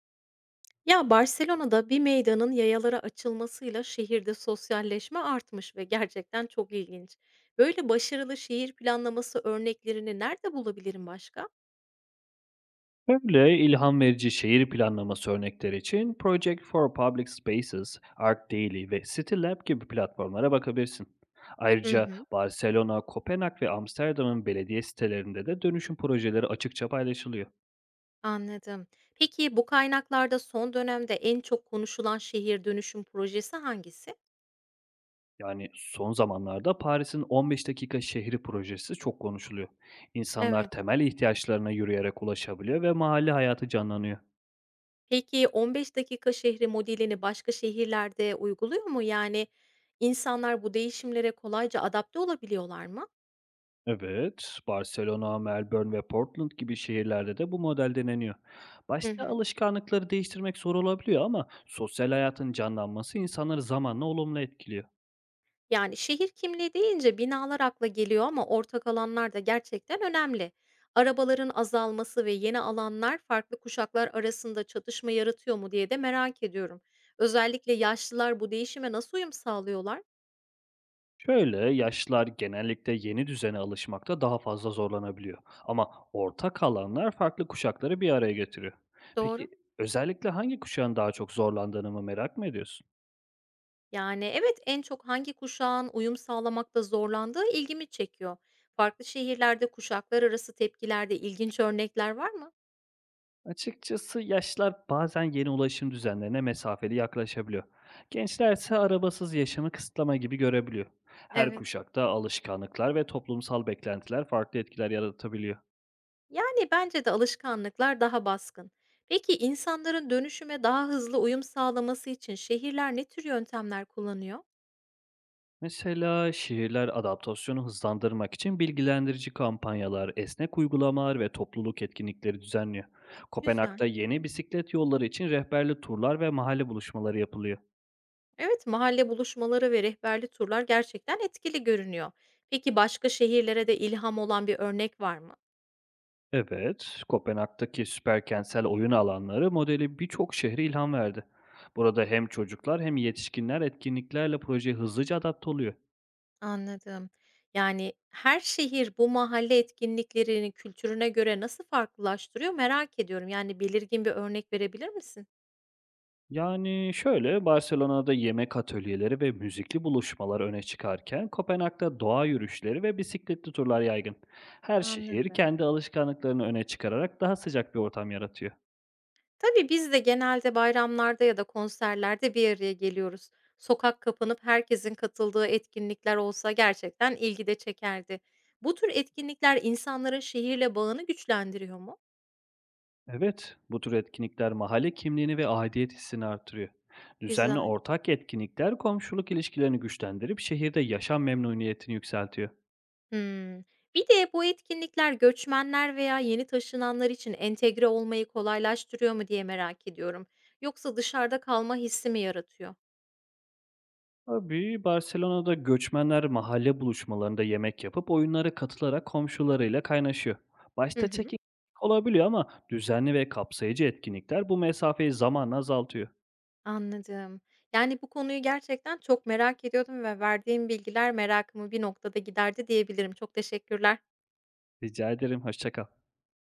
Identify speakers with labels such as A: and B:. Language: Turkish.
A: Ya, Barcelona'da bir meydanın yayalara açılmasıyla şehirde sosyalleşme artmış ve gerçekten çok ilginç. Böyle başarılı şehir planlaması örneklerini nerede bulabilirim başka?
B: Şöyle ilham verici şehir planlaması örnekleri için Project for Public Spaces, Arc Daily ve CityLab gibi platformlara bakabilirsin.
A: Hı
B: Ayrıca
A: hı,
B: Barcelona, Kopenhag ve Amsterdam'ın belediye sitelerinde de dönüşüm projeleri açıkça paylaşılıyor.
A: anladım. Peki bu kaynaklarda son dönemde en çok konuşulan şehir dönüşüm projesi hangisi?
B: Yani son zamanlarda Paris'in 15 dakika şehri projesi çok konuşuluyor. İnsanlar
A: Evet.
B: temel ihtiyaçlarına yürüyerek ulaşabiliyor ve mahalle hayatı canlanıyor.
A: Peki 15 dakika şehri modelini başka şehirlerde uyguluyor mu? Yani insanlar bu değişimlere kolayca adapte olabiliyorlar mı?
B: Evet, Barcelona, Melbourne ve Portland gibi şehirlerde de bu model deneniyor.
A: Hı
B: Başta
A: hı.
B: alışkanlıkları değiştirmek zor olabiliyor ama sosyal hayatın canlanması insanları zamanla olumlu etkiliyor.
A: Yani şehir kimliği deyince binalar akla geliyor ama ortak alanlar da gerçekten önemli. Arabaların azalması ve yeni alanlar farklı kuşaklar arasında çatışma yaratıyor mu diye de merak ediyorum. Özellikle yaşlılar bu değişime nasıl uyum sağlıyorlar?
B: Şöyle, yaşlılar genellikle yeni düzene alışmakta daha fazla zorlanabiliyor. Ama ortak alanlar farklı kuşakları bir araya getiriyor.
A: Doğru.
B: Peki özellikle hangi kuşağın daha çok zorlandığını mı merak mı ediyorsun?
A: Yani, evet, en çok hangi kuşağın uyum sağlamakta zorlandığı ilgimi çekiyor. Farklı şehirlerde kuşaklar arası tepkilerde ilginç örnekler var mı?
B: Açıkçası yaşlılar bazen yeni ulaşım düzenlerine mesafeli yaklaşabiliyor. Gençler ise arabasız yaşamı kısıtlama gibi görebiliyor. Her
A: Evet.
B: kuşakta alışkanlıklar ve toplumsal beklentiler farklı etkiler yaratabiliyor.
A: Yani, bence de alışkanlıklar daha baskın. Peki insanların dönüşüme daha hızlı uyum sağlaması için şehirler ne tür yöntemler kullanıyor?
B: Mesela şehirler adaptasyonu hızlandırmak için bilgilendirici kampanyalar, esnek uygulamalar ve topluluk etkinlikleri düzenliyor. Kopenhag'da
A: Güzel.
B: yeni bisiklet yolları için rehberli turlar ve mahalle buluşmaları yapılıyor.
A: Evet, mahalle buluşmaları ve rehberli turlar gerçekten etkili görünüyor. Peki başka şehirlere de ilham olan bir örnek var mı?
B: Evet, Kopenhag'daki süper kentsel oyun alanları modeli birçok şehre ilham verdi. Burada hem çocuklar hem yetişkinler etkinliklerle projeye hızlıca adapte oluyor.
A: Anladım. Yani, her şehir bu mahalle etkinliklerini kültürüne göre nasıl farklılaştırıyor merak ediyorum. Yani, belirgin bir örnek verebilir misin?
B: Yani şöyle, Barcelona'da yemek atölyeleri ve müzikli buluşmalar öne çıkarken Kopenhag'da doğa yürüyüşleri ve bisikletli turlar yaygın. Her şehir
A: Anladım.
B: kendi alışkanlıklarını öne çıkararak daha sıcak bir ortam yaratıyor.
A: Tabii biz de genelde bayramlarda ya da konserlerde bir araya geliyoruz. Sokak kapanıp herkesin katıldığı etkinlikler olsa gerçekten ilgi de çekerdi. Bu tür etkinlikler insanların şehirle bağını güçlendiriyor mu?
B: Evet, bu tür etkinlikler mahalle kimliğini ve aidiyet hissini artırıyor. Düzenli
A: Güzel.
B: ortak etkinlikler komşuluk ilişkilerini güçlendirip şehirde yaşam memnuniyetini yükseltiyor.
A: Hımm. Bir de bu etkinlikler göçmenler veya yeni taşınanlar için entegre olmayı kolaylaştırıyor mu diye merak ediyorum. Yoksa dışarıda kalma hissi mi yaratıyor?
B: Tabii Barcelona'da göçmenler mahalle buluşmalarında yemek yapıp oyunlara katılarak komşularıyla kaynaşıyor.
A: Hı
B: Başta
A: hı,
B: çekim olabiliyor ama düzenli ve kapsayıcı etkinlikler bu mesafeyi zamanla azaltıyor.
A: anladım. Yani bu konuyu gerçekten çok merak ediyordum ve verdiğim bilgiler merakımı bir noktada giderdi diyebilirim. Çok teşekkürler.
B: Rica ederim, hoşça kal.